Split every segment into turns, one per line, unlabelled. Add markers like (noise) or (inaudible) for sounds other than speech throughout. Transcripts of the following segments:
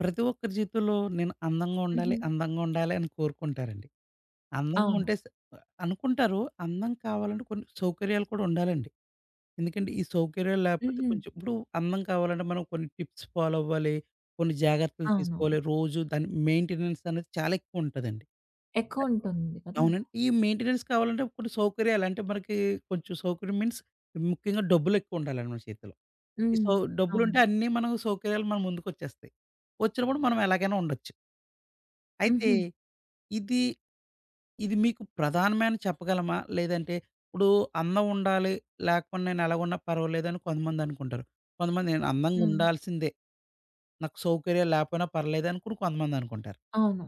ప్రతి ఒక్కరి జీవితంలో నేను అందంగా ఉండాలి,
హుహు.
అందంగా ఉండాలి అని కోరుకుంటారండి. అందంగా
అవును.
ఉంటే అనుకుంటారు. అందం కావాలంటే కొన్ని సౌకర్యాలు కూడా ఉండాలండి. ఎందుకంటే ఈ సౌకర్యాలు లేకపోతే
హుహు.
కొంచెం ఇప్పుడు అందం కావాలంటే మనం కొన్ని టిప్స్ ఫాలో అవ్వాలి. కొన్ని జాగ్రత్తలు
అవును.
తీసుకోవాలి. రోజు దాని మెయింటెనెన్స్ అనేది చాలా ఎక్కువ ఉంటదండి.
ఎక్కువుంటుంది కదా!
అవునండి. ఈ మెయింటెనెన్స్ కావాలంటే కొన్ని సౌకర్యాలు అంటే మనకి కొంచెం సౌకర్యం మీన్స్ ముఖ్యంగా డబ్బులెక్కువుండాలండి మన చేతిలో. ఈ
హ్మ్.
సో
అవును.
డబ్బులుంటే అన్నీ మనం సౌకర్యాలు మన ముందుకొచ్చేస్తాయి. వచ్చినప్పుడు మనం ఎలాగైనా ఉండొచ్చు. అయితే
హుహు.
ఇది, ఇది మీకు ప్రధానమే అని చెప్పగలమా? లేదంటే ఇప్పుడు అందం ఉండాలి, లేకపోతే నేను ఎలాగున్నా పర్వాలేదని కొంతమందనుకుంటారు. కొంతమంది నేను
హ్మ్.
అందంగుండాల్సిందే, నాకు సౌకర్యాలు లేకపోయినా పర్లేదని కూడా కొంతమందనుకుంటారు.
అవును.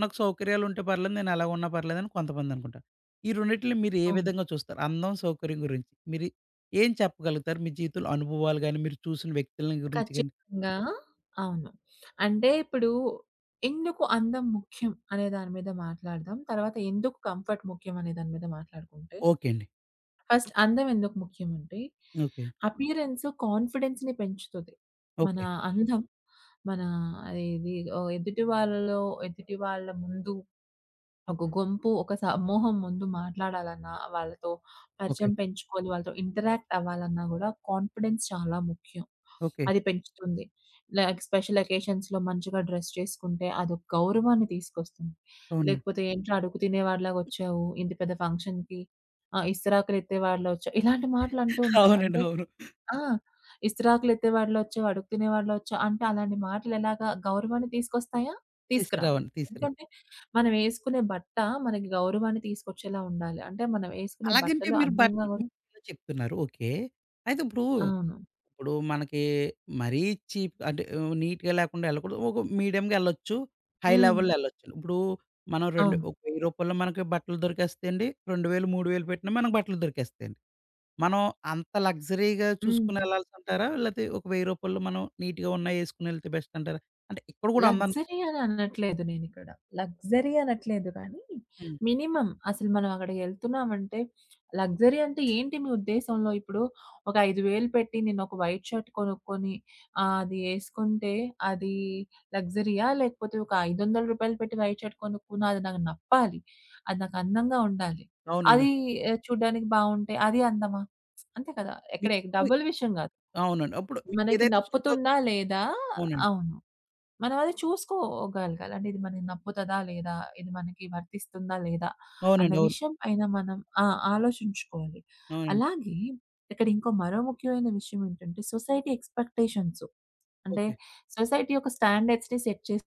నాకు సౌకర్యాలుంటే పర్లేదు. నేనెలా ఉన్నా పర్లేదని కొంతమందనుకుంటారు. ఈ రెండిటిలిని మీరు ఏ
అవును.
విధంగా చూస్తారు? అందం, సౌకర్యం గురించి. మీరు ఏం చెప్పగలుగుతారు? మీ జీవితంలో అనుభవాలు గాని, మీరు చూసిన వ్యక్తులని గురించి గాని?
ఖచ్చితంగా అవును. అంటే ఇప్పుడు ఎందుకు అందం ముఖ్యం అనే దాని మీద మాట్లాడదాం. తర్వాత ఎందుకు కంఫర్ట్ ముఖ్యం అనే దాని మీద మాట్లాడుకుంటే,
ఓకే అండి.
ఫస్ట్ అందం ఎందుకు ముఖ్యం అంటే,
ఓకే.
అపియరెన్స్ కాన్ఫిడెన్స్‌ని పెంచుతది. మన
ఓకే.
అందం, మన అదేది ఎదుటి వాళ్ళలో ఎదుటి వాళ్ళ ముందు ఒక గొంపు, ఒక సమూహం ముందు మాట్లాడాలన్నా, వాళ్ళతో
ఓకే.
పరిచయం పెంచుకోవాలి, వాళ్ళతో ఇంటరాక్ట్ అవ్వాలన్నా గూడా కాన్ఫిడెన్స్ చాలా ముఖ్యం.
ఓకే.
అది పెంచుతుంది. లైక్ స్పెషల్ అకేషన్స్‌లో మంచిగా డ్రెస్ చేసుకుంటే అదొక గౌరవాన్ని తీసుకొస్తుంది.
అవునండి.
లేకపోతే ఏంట్రా అడుగు తినేవాడిలాగొచ్చావు, ఇంత పెద్ద ఫంక్షన్‌కి, ఆ! ఇస్తరాకులెత్తేవాడిలా వచ్చావు, ఇలాంటి మాటలంటూ
(laughs)
ఉంటారు.
అవునండి.
అంటే
అవును.
ఆ! ఇస్తరాకులెత్తే వాడిలొచ్చో, అడుగు తినేవాడిలొచ్చో అంటే అలాంటి మాటలెలాగా గౌరవాన్ని తీసుకొస్తాయా? తీసుకురావు.
తీసుకురావండి. తీసుకురావు.
ఎందుకంటే మనం యేసుకునే బట్ట మనకి గౌరవాన్ని తీసుకొచ్చేలా ఉండాలి. అంటే మనం యేసుకునే
అలాగంటే
బట్టలు
మీరు
అందంగా గూడా
బట్టలు చెప్తున్నారు. ఓకే. అయితే ఇప్పుడు
అవును.
ఇప్పుడు మనకి మరీ చీప్ అంటే నీట్‌గా లేకుండా ఎళ్ళకూడదు. ఒక మీడియం‌గా ఎళ్ళొచ్చు. హై
హ్మ్.
లెవెల్‌లో ఎళ్ళొచ్చు. ఇప్పుడు మనం
అవును.
ఒక రూ. 1000 మనకి బట్టలు దొరికేస్తాయండి. 2000, 3000 పెట్టినా మనకు బట్టలు దొరికేస్తాయండి. మనం అంత లగ్జరీగా
హ్మ్.
చూసుకొని ఎళ్ళాల్సంటారా? లేతే ఒక రూ. 1000 మనం నీట్‌గా ఉన్నయి ఏసుకొని ఎళ్తే బెస్ట్ అంటారా? అంటే ఇక్కడ కూడా అందాన్ని
లగ్జరీ అని అనట్లేదు నేనిక్కడ. లగ్జరీ అనట్లేదు కానీ,
హ్మ్.
మినిమమ్ అసలు మనం అక్కడికెళ్తున్నామంటే లగ్జరీ అంటే ఏంటి మీ ఉద్దేశంలో? ఇప్పుడు ఒక 5,000 పెట్టి నేనొక వైట్ షర్ట్ కొనుక్కొని అది యేసుకుంటే అది లగ్జరీయా? లేకపోతే ఒక రూ. 500 పెట్టి వైట్ షర్ట్ కొనుక్కున్నా అది నాకు నప్పాలి. అది నాకు అందంగా ఉండాలి.
అవునండి.
అది చూడ్డానికి బావుంటే అది అందమా? అంతే కదా! ఎక్కడ
మీకు
డబ్బుల విషయం గాదు.
అవునండి. అప్పుడు
మనకి
మీకేదైతే సూట్ అవుతు
నప్పుతుందా లేదా
అవునండి.
అవును. మనం అది చూసుకోగలగాలి. అంటే ఇది మనకి నప్పుతదా? లేదా? ఇది మనకి వర్తిస్తుందా? లేదా? అన్న
అవునండి. అవును.
విషయం పైన మనం ఆలోచించుకోవాలి.
అవునండి.
అలాగే ఇక్కడ ఇంకో మరో ముఖ్యమైన విషయం ఏంటంటే సొసైటీ ఎక్స్‌పెక్టేషన్స్. అంటే
ఓకే.
సొసైటీ యొక్క స్టాండర్డ్స్‌ని సెట్ చేసి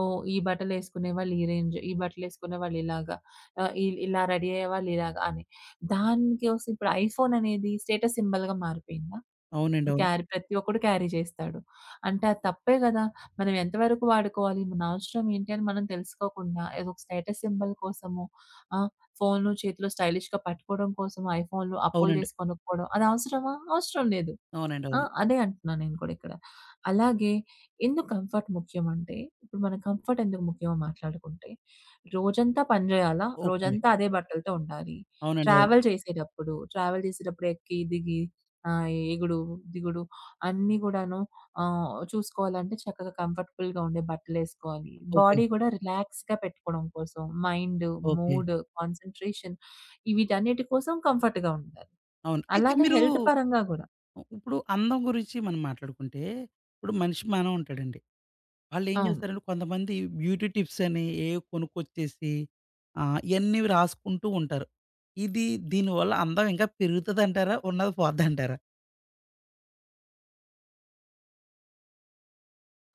ఓహ్! ఈ బట్టలేసుకునే వాళ్ళు ఈ రేంజ్, ఈ బట్టలేసుకునే వాళ్ళు ఇలాగా, ఇలా రెడీ అయ్యేవాళ్ళు ఇలాగా అని. దానికోసం ఇప్పుడు ఐఫోన్ అనేది స్టేటస్ సింబల్‌గా మారిపోయిందా?
అవునండి.
ఇప్పుడు
అవును.
ప్రతి ఒక్కడు క్యారీ చేస్తాడు. అంటే అది తప్పే గదా! మనం ఎంతవరకు వాడుకోవాలి? మన అవసరం ఏంటి అని మనం తెలుసుకోకుండా ఏదో ఒక స్టేటస్ సింబల్ కోసము ఆ! ఫోను చేతిలో స్టైలిష్‌గా పట్టుకోవడం కోసం ఐఫోన్‌లు అప్పులు
అవునండి.
చేసి కొనుక్కోవడం అది అవసరమా? అవసరం లేదు.
అవునండి.
ఆ!
అవును.
అదే అంటున్నా నేను కూడా ఇక్కడ. అలాగే ఎందుకు కంఫర్ట్ ముఖ్యమంటే, ఇప్పుడు మన కంఫర్ట్ ఎందుకు ముఖ్యమో మాట్లాడుకుంటే, రోజంతా పని జేయాలా?
ఓకే అండి.
రోజంతా అదే బట్టలతో ఉండాలి.
అవునండి. అవును.
ట్రావెల్ చేసేటప్పుడు ఎక్కి, దిగి, ఆహ్, ఎగుడు, దిగుడు అన్నీ గూడాను చూసుకోవాలంటే చక్కగా కంఫర్టబుల్‌గా ఉండే బట్టలేసుకోవాలి.
ఓకే.
బాడీ గూడా రిలాక్స్‌గా పెట్టుకోవడం కోసం మైండ్,
ఓకే.
మూడ్, కాన్సంట్రేషన్ ఈ వీటన్నిటి కోసం కంఫర్ట్‌గా ఉండాలి.
అవును. అయితే
అలానే
మీరు
హెల్త్ పరంగా గూడా
ఇప్పుడు అందం గురించి మనం మాట్లాడుకుంటే, ఇప్పుడు మనిషి మానవ ఉంటాడండి. వాళ్ళేం
అవును.
చేస్తారంటే కొంతమంది బ్యూటీ టిప్స్ అని ఏయో కొనుక్కొచ్చేసి ఇయన్నీ రాసుకుంటూ ఉంటారు. ఇది దీనివల్ల అందం ఇంకా పెరుగుతదంటారా? ఉన్నది పోద్దంటారా?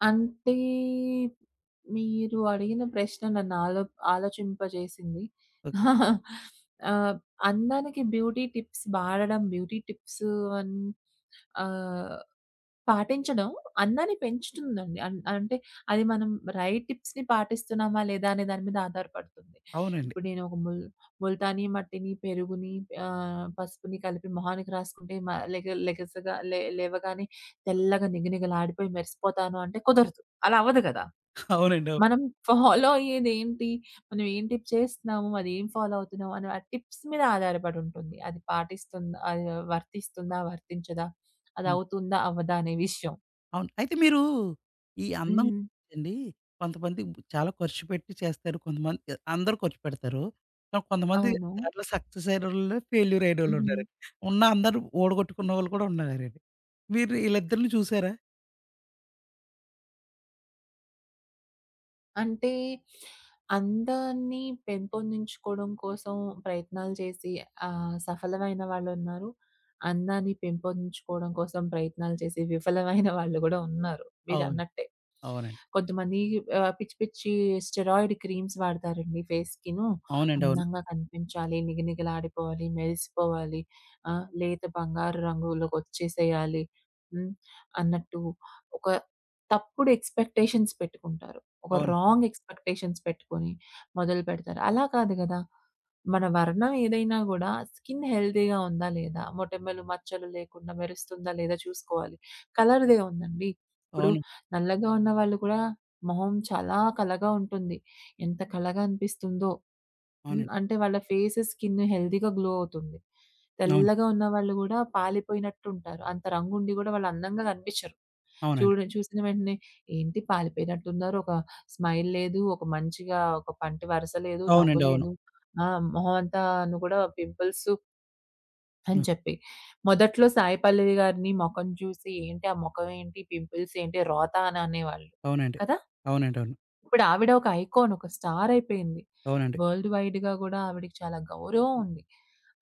అంటే, మీరు అడిగిన ప్రశ్న నన్ను ఆలోచింపజేసింది.
ఓకే.
(laughs) ఆహ్, అందానికి బ్యూటీ టిప్స్ వాడడం, బ్యూటీ టిప్స్ అన్ ఆహ్, పాటించడం అందాన్ని పెంచుతుందండి. అంటే అది మనం రైట్ టిప్స్‌ని పాటిస్తున్నామా లేదా అనే దాని మీద ఆధారపడుతుంది.
అవునండి.
ఇప్పుడు నేను ఒక ముల్తానీ మట్టిని, పెరుగుని పసుపుని కలిపి మొహానికి రాసుకుంటే మ లెగ లెగసగా లే లేవగానే తెల్లగా నిగనిగలాడిపోయి మెరిసిపోతాను అంటే కుదరదు. అలా అవ్వదు కదా!
(laughs) అవునండి.
మనం ఫాలో అయ్యేదేంటి? మనం ఏం టిప్ చేస్తున్నాము? అదేం ఫాలో అవుతున్నాము? అని ఆ టిప్స్ మీద ఆధారపడి ఉంటుంది. అది పాటిస్తుందా? అది వర్తిస్తుందా? వర్తించదా? అది
అవును.
అవుతుందా? అవ్వదా? అనే విషయం.
అవును. అయితే మీరు ఈ అందం
హ్మ్.
అండి కొంతమంది చాలా ఖర్చు పెట్టి చేస్తారు. కొంతమంది అందరూ ఖర్చు పెడతారు. కానీ కొంతమంది
అవును.
దాంట్లో సక్సెస్ అయినోళ్ళు, ఫెయిల్యూర్
హ్మ్.
అయినోళ్ళున్నారు. ఉన్న అందరూ ఓడగొట్టుకున్నోళ్ళు కూడా ఉన్నారండి. మీరు ఈళ్ళిద్దరిని చూసారా?
అంటే, అందాన్ని పెంపొందించుకోవడం కోసం ప్రయత్నాలు చేసి సఫలమైన వాళ్ళున్నారు. అందాన్ని పెంపొందించుకోవడం కోసం ప్రయత్నాలు చేసి విఫలమైన వాళ్ళు గూడా ఉన్నారు
అవును.
మీరన్నట్టే.
అవునండి.
కొంతమంది పిచ్చి పిచ్చి స్టెరాయిడ్ క్రీమ్స్ వాడతారండి ఫేస్‌కిను.
అవునండి. అవును.
అందంగా కనిపించాలి, నిగనిగలాడిపోవాలి, మెరిసిపోవాలి, లేత బంగారు రంగులోకొచ్చేసేయాలి. హ్మ్. అన్నట్టు ఒక తప్పుడు ఎక్స్‌పెక్టేషన్స్ పెట్టుకుంటారు. ఒక
అవును.
రాంగ్ ఎక్స్‌పెక్టేషన్స్ పెట్టుకొని మొదలుపెడతారు. అలా కాదు గదా! మన వర్ణం ఏదైనా గూడా స్కిన్ హెల్తీగా ఉందా లేదా? మొటిమలు, మచ్చలు లేకుండా మెరుస్తుందా లేదా చూసుకోవాలి. కలర్‌దే ఉందండి. ఇప్పుడు
అవును.
నల్లగా ఉన్న వాళ్ళు కూడా మొహం చాలా కళగా ఉంటుంది. ఎంత కళగా అనిపిస్తుందో! హ్మ్.
అవునండి.
అంటే వాళ్ళ ఫేస్, స్కిన్ హెల్తీగా గ్లో అవుతుంది.
అవును.
తెల్లగా ఉన్న వాళ్ళు గూడా పాలిపోయినట్టుంటారు. అంత రంగుండి గూడా వాళ్ళు అందంగా కనిపించరు.
అవునండి.
చూసిన వెంటనే ఏంటి పాలిపోయినట్టున్నారు. ఒక స్మైల్ లేదు. ఒక మంచిగా ఒక పంటి వరస లేదు. నవ్వు
అవునండి. అవును.
లేదు. ఆ! మొహం అంతాను గూడా పింపుల్స్ అని
హ్మ్.
చెప్పి. మొదట్లో 'సాయి పల్లవి' గారిని మొఖం చూసి ఏంటి ఆ మొఖం ఏంటి? పింపుల్స్ ఏంటి? రోత అని అనేవాళ్ళు.
అవునండి.
కదా!
అవునండి. అవును.
ఇప్పుడు ఆవిడ ఒక ఐకాన్, ఒక స్టార్ అయిపోయింది.
అవునండి.
వరల్డ్ వైడ్‌గా గూడా ఆవిడకి చాలా గౌరవం ఉంది.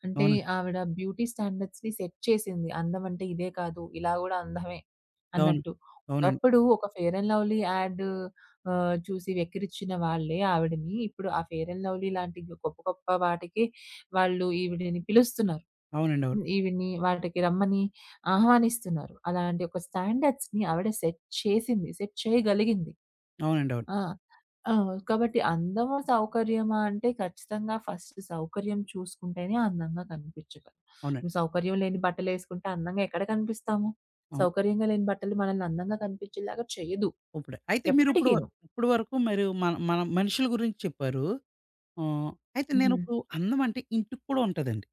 అంటే
అవును.
ఆవిడ బ్యూటీ స్టాండర్డ్స్‌ని సెట్ చేసింది. అందం అంటే ఇదే కాదు, ఇలా గూడా అందమే
అవును.
అన్నట్టు.
అవునండి.
ఒకప్పుడు ఒక ఫెయిర్ అండ్ లవ్లీ యాడ్ చూసి వెక్కిరిచ్చిన వాళ్ళే ఆవిడని ఇప్పుడు ఆ ఫెయిర్ అండ్ లవ్లీ లాంటి గొప్ప గొప్ప వాటికి వాళ్ళు ఈవిడని పిలుస్తున్నారు.
అవునండి. అవును.
హ్మ్. ఈవిడ్ని వాటికి రమ్మని ఆహ్వానిస్తున్నారు. అలాంటి ఒక స్టాండర్డ్స్‌ని ఆవిడ సెట్ చేసింది. సెట్ చేయగలిగింది.
అవునండి.
ఆ! ఆ! కాబట్టి అందము, సౌకర్యమా అంటే ఖచ్చితంగా ఫస్ట్ సౌకర్యం చూసుకుంటేనే అందంగా కనిపించగలం.
అవును. అవునండి. అవును. అవునండి.
నువ్వు సౌకర్యం లేని బట్టలేసుకుంటే అందంగా ఎక్కడ కనిపిస్తాము?
అవును
సౌకర్యంగా లేని బట్టలు మనల్ని అందంగా కనిపించేలాగా చేయదు
ఇప్పుడే. అయితే మీరిప్పుడు
ఎప్పటికీను.
ఇప్పడి వరకు మరి మన మన మనుషుల గురించి చెప్పారు. ఆహ్, అయితే
హ్మ్.
నేనిప్పుడు అందం అంటే ఇంటికి కూడా ఉంటదండి.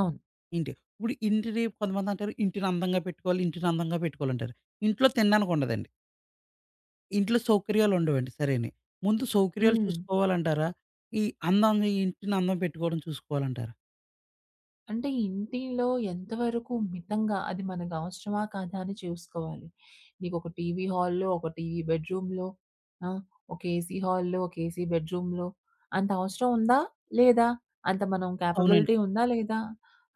అవును.
ఇప్పుడు ఇంటిని కొంతమందంటారు ఇంటిని అందంగా పెట్టుకోవాలి, ఇంటిని అందంగా పెట్టుకోవాలంటారు. ఇంట్లో తినడానికి ఉండదండి. ఇంట్లో సౌకర్యాలుండవండి సరేని. ముందు సౌకర్యాలు
హ్మ్.
చూసుకోవాలంటారా? ఈ అందాన్ని ఇంటిని అందం పెట్టుకోవడం చూసుకోవాలంటారా?
అంటే ఇంటిలో ఎంతవరకు మితంగా అది మనకు అవసరమా కాదా అని చూసుకోవాలి. నీకొక టీవీ హాల్‌లో, ఒక టీవీ బెడ్‌రూమ్‌లో, ఆ! ఒక ఏసీ హాల్‌లో, ఒక ఏసీ బెడ్‌రూమ్‌లో అంత అవసరం ఉందా? లేదా? అంత మనం
అవునండి.
కేపబిలిటీ ఉందా? లేదా?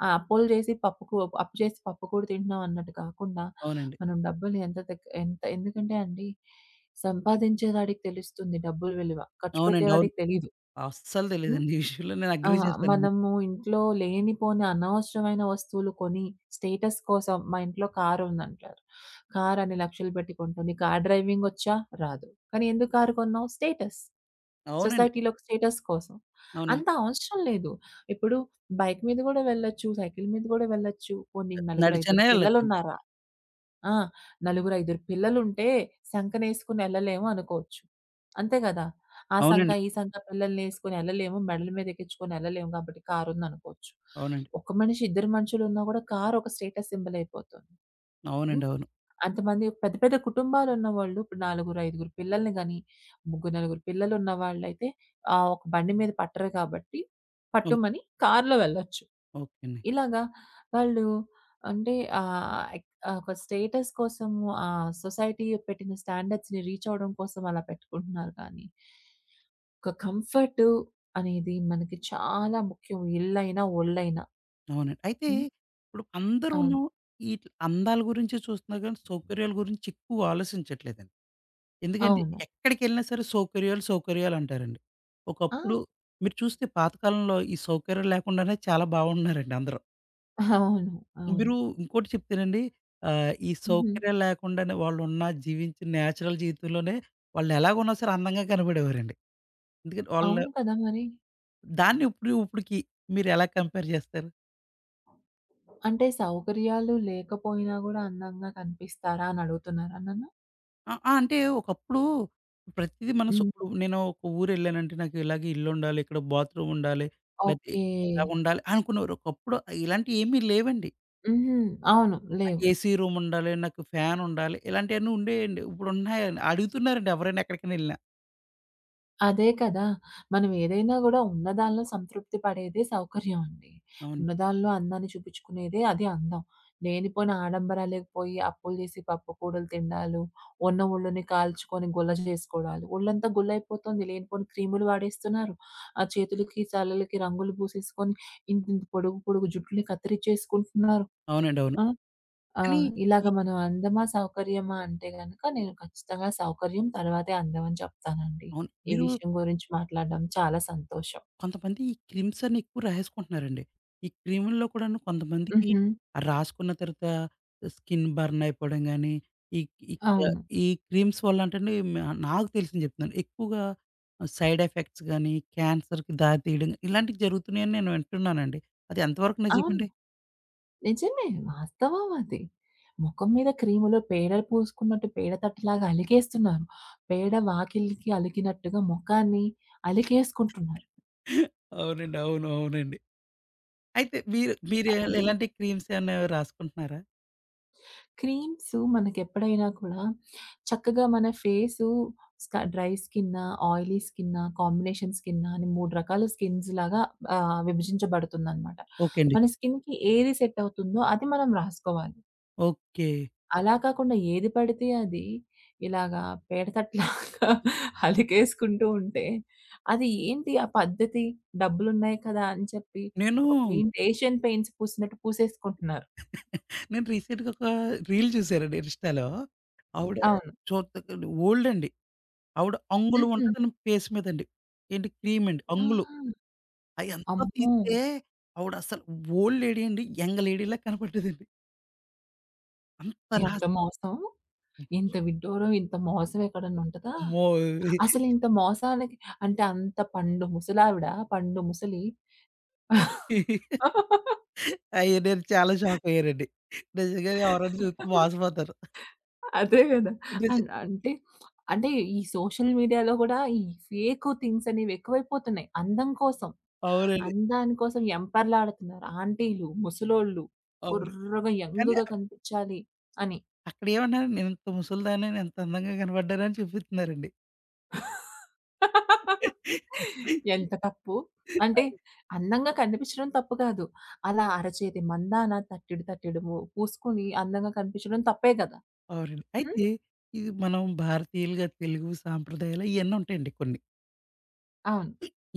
ఆ అప్పులు చేసి పప్పుకు అప్పు చేసి పప్పు కూడ తింటున్నాం అన్నట్టు కాకుండా,
అవునండి.
మనం డబ్బులు ఎంత ఎందుకంటే అండి, సంపాదించేవాడికి తెలుస్తుంది డబ్బుల విలువ. ఖర్చు
అవునండి. అవును.
పెట్టేవాడికి తెలీదు.
అస్సలు
హ్మ్.
తెలీదండి. ఈ విషయంలో నేను
ఆ!
అగ్రీ చేస్తాను మీతో.
మనము ఇంట్లో లేనిపోని అనవసరమైన వస్తువులు కొని స్టేటస్ కోసం మా ఇంట్లో కారుందంటారు. కారన్ని లక్షలు పెట్టి కొంటాం. "నీకు కార్ డ్రైవింగొచ్చా?" రాదు. కానీ ఎందుకు కారు కొన్నావు? స్టేటస్.
అవునండి.
సొసైటీలో ఒక స్టేటస్ కోసం.
అవునండి.
అంత అవసరం లేదు. ఇప్పుడు బైక్ మీద గూడా వెళ్ళొచ్చు. సైకిల్ మీద గూడా వెళ్ళొచ్చు. పోనీ నీకు నలుగురు, ఐదుగురు
నడిచనే వెళ్ళొచ్చండి.
పిల్లలున్నారా? ఆ! నలుగురు, ఐదుగురు పిల్లలుంటే సంకనేసుకొని ఎళ్ళలేము అనుకోవచ్చు. అంతే గదా! ఆ సంక,
అవునండి.
ఈ సంక పిల్లలనేసుకొని ఎళ్ళలేము. మెడల మీద ఎక్కించుకొని ఎళ్ళలేము కాబట్టి కారుందనుకోవచ్చు.
అవునండి.
ఒక మనిషి, ఇద్దరు మనుషులున్నా గూడా కారు ఒక స్టేటస్ సింబల్ అయిపోతుంది. హ్మ్.
అవునండి. అవును.
అంతమంది పెద్ద పెద్ద కుటుంబాలున్నవాళ్ళు ఇప్పుడు 4, 5 పిల్లల్ని గాని, ముగ్గురు, నలుగురు పిల్లలున్న వాళ్ళైతే ఒక బండి మీద పట్టరు కాబట్టి పట్టుమని కారులో వెళ్ళొచ్చు.
ఓకే అండి.
ఇలాగా వాళ్ళు అంటే ఒక స్టేటస్ కోసము సొసైటీ పెట్టిన స్టాండర్డ్స్‌ని రీచ్ అవ్వడం కోసం అలా పెట్టుకుంటున్నారు కానీ, ఒక కంఫర్టు అనేది మనకి చాలా ముఖ్యం. ఇల్లైనా, ఒళ్ళైనా.
అవునండి. అయితే
హ్మ్.
ఇప్పుడు
అవును.
అందరూను ఈట్ల అందాల గురించే చూస్తున్నారు కానీ, సౌకర్యాల గురించి ఎక్కువ ఆలోచించట్లేదండి. ఎందుకంటే
అవును.
ఎక్కడికెళ్ళినా సరే సౌకర్యాలు, సౌకర్యాలు అంటారండి.
ఆ!
ఒకప్పుడు మీరు చూస్తే పాతకాలంలో ఈ సౌకర్యాలు లేకుండానే చాలా బాగున్నారండి అందరూ.
అవును. అవును.
మీరు ఇంకోటి చెప్తేనండి ఈ
హుహు.
సౌకర్యాలు లేకుండానే వాళ్ళున్న జీవించిన నేచురల్ జీవితంలోనే వాళ్ళెలాగున్నా సరే అందంగా కనపడేవారండి. ఎందుకంటే వాళ్ళు
అవును కదా! మరి.
దాన్ని ఇప్పుడు ఇప్పుడికి మీరెలా కంపేర్ చేస్తారు?
అంటే సౌకర్యాలు లేకపోయినా గూడా అందంగా కనిపిస్తారా అని అడుగుతున్నారా నన్ను?
ఆ! ఆ! అంటే ఒకప్పుడు ప్రతీదీ మనం
హ్మ్.
ఇప్పుడు నేను ఒక ఊరెళ్ళానంటే నాకు ఇలాగే ఇల్లుండాలి, ఇక్కడ బాత్రూమ్ ఉండాలి, లేతే
ఓకే.
ఇలాగుండాలి అనుకునేవారు. ఒకప్పుడు ఇలాంటివి ఏమీ లేవండి.
హుహు. అవును.
నాకు
లేవు.
ఏసీ రూమ్ ఉండాలి, నాకు ఫ్యాన్ ఉండాలి ఇలాంటియన్నీ ఉండేయండి. ఇప్పుడు ఉన్నాయండి అడుగుతున్నారండి ఎవరైనా ఎక్కడికైనా ఎళ్ళినా.
అదే కదా! మనం ఏదైనా గూడా ఉన్నదానిలో సంతృప్తి పడేదే సౌకర్యం అండి.
అవును.
ఉన్నదానిలో అందాన్ని చూపించుకునేదే అది అందం. లేనిపోయిన ఆడంబరాలకి పోయి అప్పులు జేసి పప్పు కూడలు తిండాలు, ఉన్న ఒళ్ళుని కాల్చుకొని గుల్ల జేసుకోవడాలు, ఒళ్ళంతా గుల్లయిపోతుంది. లేనిపోని క్రీములు వాడేస్తున్నారు. ఆ చేతులకి, తలలకి రంగులు పూసేసుకొని ఇంతింత పొడుగు పొడుగు జుట్టుని కత్తిరిచ్చేసుకుంటున్నారు.
అవునండి. అవును.
ఆ! ఆ!
కానీ
ఇలాగ
ఈ
మనం అందమా, సౌకర్యమా అంటే గనక నేను ఖచ్చితంగా సౌకర్యం తర్వాతే అందం అని చెప్తానండి.
అవును.
ఈ
మీరు
విషయం గురించి మాట్లాడడం చాలా సంతోషం.
కొంతమంది ఈ క్రీమ్స్ అన్ని ఎక్కువ రాసేసుకుంటున్నారండి. ఈ క్రీముల్లో కూడాను కొంతమందికి
హుహు.
ఆ రాసుకున్న తర్వాత స్కిన్ బర్న్ అయిపోవడం గాని, ఈ ఈ
అవును.
ఈ క్రీమ్స్ వల్ల అంటండి నాకు తెలిసింది చెప్తున్నాను. ఎక్కువగా సైడ్ ఎఫెక్ట్స్ గాని, క్యాన్సర్‌కి దారి తీయడం గాని ఇలాంటివి జరుగుతున్నాయని నేను వింటున్నానండి. అది ఎంతవరకు
అవును.
నిజమండి?
నిజమే. వాస్తవం అది. మొఖం మీద క్రీములు పేడ పూసుకున్నట్టు పేడ తట్టలాగా అలికేస్తున్నారు. పేడ వాకిలికి అలికినట్టుగా మొఖాన్ని అలికేసుకుంటున్నారు.
అవునండి. అవును. అవునండి. అయితే మీరు మీరు
అది
ఎలాంటి క్రీమ్స్ ఏమైనా రాసుకుంటున్నారా?
క్రీమ్స్ మనకెప్పుడైనా కూడా చక్కగా మన ఫేసు డ్రై స్కిన్నా, ఆయిలీ స్కిన్నా, కాంబినేషన్ స్కిన్నా అని 3 రకాల స్కిన్స్ లాగా విభజించబడుతుందనమాట.
ఓకే అండి.
మన స్కిన్‌కి ఏది సెట్ అవుతుందో అది మనం రాసుకోవాలి.
ఓకే.
అలా కాకుండా ఏది పడితే అది ఇలాగా పేడతట్లాగా (laughs) అలికేసుకుంటూ ఉంటే అది ఏంటి ఆ పద్ధతి? డబ్బులున్నాయి కదా! అని చెప్పి
నేను
ఒక పెయింట్ ఏషియన్ పెయింట్స్ పూసినట్టు పూసేసుకుంటున్నారు.
నేను రీసెంట్‌గా ఒక రీల్ చూసానండి ఇన్‌స్టాలో. ఆవిడ
అవును.
చూడ్డానికి ఓల్డ్ అండి. ఆవిడ అంగుళం
హుహు.
ఉంటదండి ఫేస్ మీదండి. ఏంటి క్రీమ్ అండి. అంగుళం
ఆహా!
అయంతా
అమ్మో!
తీస్తే ఆవిడ అసలు ఓల్డ్ లేడీ అండి. యంగ్ లేడీలా కనపడ్డదండి. అంత
ఎంత
రాసి
మోసం! ఇంత విడ్డూరం, ఇంత మోసం ఎక్కడన్నా ఉంటదా?
అమ్మో!
అసలు ఇంత మోసాలకి అంటే అంత పండు ముసలావిడ, పండు ముసలి
అయ్యో! నేను చాలా షాక్ అయ్యానండి. నిజంగా ఎవరైనా చూస్తే మోసపోతారు.
అదే గదా!
నిజ
అంటే, అంటే ఈ సోషల్ మీడియాలో గూడా ఈ ఫేకు థింగ్స్ అనేవి ఎక్కువైపోతున్నాయి. అందం కోసం.
అవునండి.
అందాని కోసం వెంపర్లాడుతున్నారు. ఆంటీలు, ముసలోళ్ళు,
అవును.
కుర్రగా
కానీ
యంగ్‌గా కనిపించాలి అని.
అక్కడ ఏమన్నారు, "నేనింత ముసలిదాన్ని, నేను ఇంత అందంగా కనపడ్డానని" చూపిస్తున్నారండి.
ఎంత తప్పు. అంటే అందంగా కనిపించడం తప్పు కాదు. అలా అరచేతి మందాన తట్టెడు తట్టెడు ము పూసుకొని అందంగా కనిపించడం తప్పే గదా!
అవునండి.
హ్మ్.
అయితే ఇది మనం భారతీయులుగా తెలుగు సాంప్రదాయాలు ఇయన్నీ ఉంటాయండి కొన్ని.
అవును.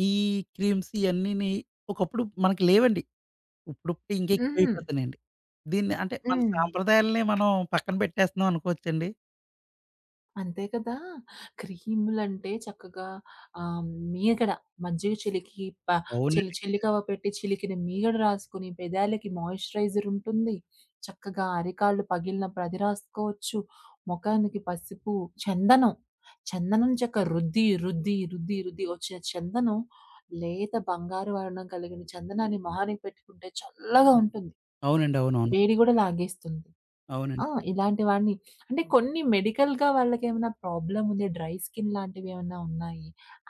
ఈ క్రీమ్స్ ఇయన్నీని ఒకప్పుడు మనకు లేవండి. ఇప్పుడిప్పుడు ఇంకా
హుహు.
ఎక్కువైపోతున్నాయండి. దీన్ని అంటే మన
హ్మ్.
సాంప్రదాయాల్ని మనం పక్కన పెట్టేస్తున్నాం అనుకోవచ్చండి?
అంతే కదా! క్రీములంటే చక్కగా ఆహ్, మీగడ మజ్జిగ చిలికి ప చిలి
అవునండి.
చిల్లికవ్వ పెట్టి చిలికిన మీగడ రాసుకొని పెదాలకి మాయిశ్చరైజర్ ఉంటుంది. చక్కగా అరికాళ్ళు పగిలినప్పుడు అది రాసుకోవచ్చు. మొఖానికి పసుపు, చందనం. చందనం చెక్క రుద్ది, రుద్ది, రుద్ది, రుద్ది వచ్చే చందనం లేత బంగారు వర్ణం కలిగిన చందనాన్ని మొహానికి పెట్టుకుంటే చల్లగా ఉంటుంది.
అవునండి. అవునవును.
వేడి గూడా లాగేస్తుంది. ఆ!
అవునండి.
ఇలాంటి వాడిని అంటే కొన్ని మెడికల్‌గా వాళ్ళకేమైనా ప్రాబ్లమ్ ఉంది. డ్రై స్కిన్ లాంటివేమన్నా ఉన్నాయి.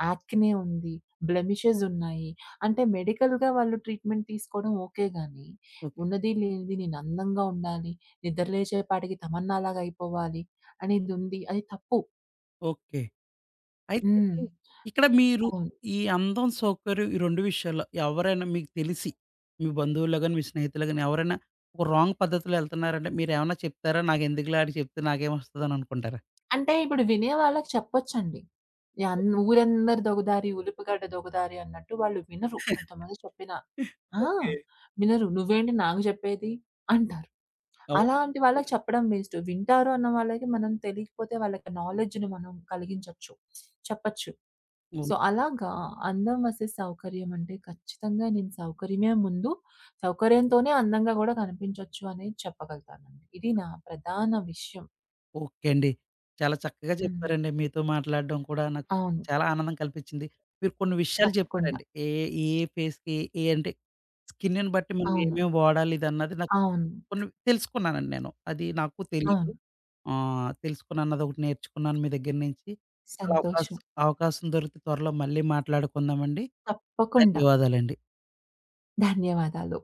యాక్నే ఉంది. బ్లెమిషెస్ ఉన్నాయి. అంటే మెడికల్‌గా వాళ్ళు ట్రీట్‌మెంట్ తీసుకోవడం ఓకే గానీ,
ఓకే.
ఉన్నది లేనిది నేను అందంగా ఉండాలి. నిద్ర లేచేపాటికి తమన్నాలాగా అయిపోవాలి. అనేది ఉంది. అది తప్పు.
ఓకే. అయితే
హ్మ్.
అండి, ఇక్కడ మీరు
అవును.
ఈ అందం, సౌకర్యం ఈ 2 విషయాల్లో ఎవరైనా మీకు తెలిసి, మీ బంధువుల్లో గాని, మీ స్నేహితుల్లో గాని ఎవరైనా ఒక రాంగ్ పద్ధతిలో ఎళ్తున్నారంటే మీరేమన్నా చెప్తారా? నాకెందుకులే ఆడు చెప్తే నాకేమొస్తదని అనుకుంటారా?
అంటే ఇప్పుడు వినే వాళ్ళకి చెప్పొచ్చండి. యన్ ఊరందరి దొగదారి, ఉలుపుగడ్డ దొగదారి అన్నట్టు వాళ్ళు వినరు. కొంతమంది చెప్పినా ఆ!
ఓకే.
వినరు. "నువ్వేంటి నాకు జెప్పేది" అంటారు.
అవును.
అలాంటి వాళ్ళకి
అవును.
చెప్పడం వేస్ట్. వింటారు అన్న వాళ్ళకి మనం తెలియకపోతే వాళ్ళకి నాలెడ్జ్‌ని మనం కలిగించొచ్చు. చెప్పచ్చు. సో, అలాగా అందం వర్సెస్ సౌకర్యం అంటే ఖచ్చితంగా నేను సౌకర్యమే ముందు, సౌకర్యంతోనే అందంగా గూడా కనిపించొచ్చు అనేది చెప్పగలుగుతానండి. ఇది నా ప్రధాన విషయం.
ఓకే అండి. చాలా చక్కగా
హ్మ్.
చెప్పారండి. మీతో మాట్లాడడం కూడా నాకు
అవును.
చాలా ఆనందం కల్పించింది. మీరు కొన్ని విషయాలు
తప్పకుండా.
చెప్పారండి. ఏ, ఫేస్‌కి ఏ అంటే స్కిన్‌ని బట్టి మనం
అవును.
ఏమేమి వాడాలి ఇదన్నది నాకు
అవును.
కొన్ని తెలుసుకున్నానండి నేను. అది నాకు తెలీదు.
అవును.
తెలుసుకున్నాను. అదొకటి నేర్చుకున్నాను మీ దగ్గర నుంచి. అలా అవకాశం
సంతోషం.
అవకాశం దొరికితే త్వరలో మళ్ళీ మాట్లాడుకుందామండి.
తప్పకుండా.
ధన్యవాదాలండి.
ధన్యవాదాలు.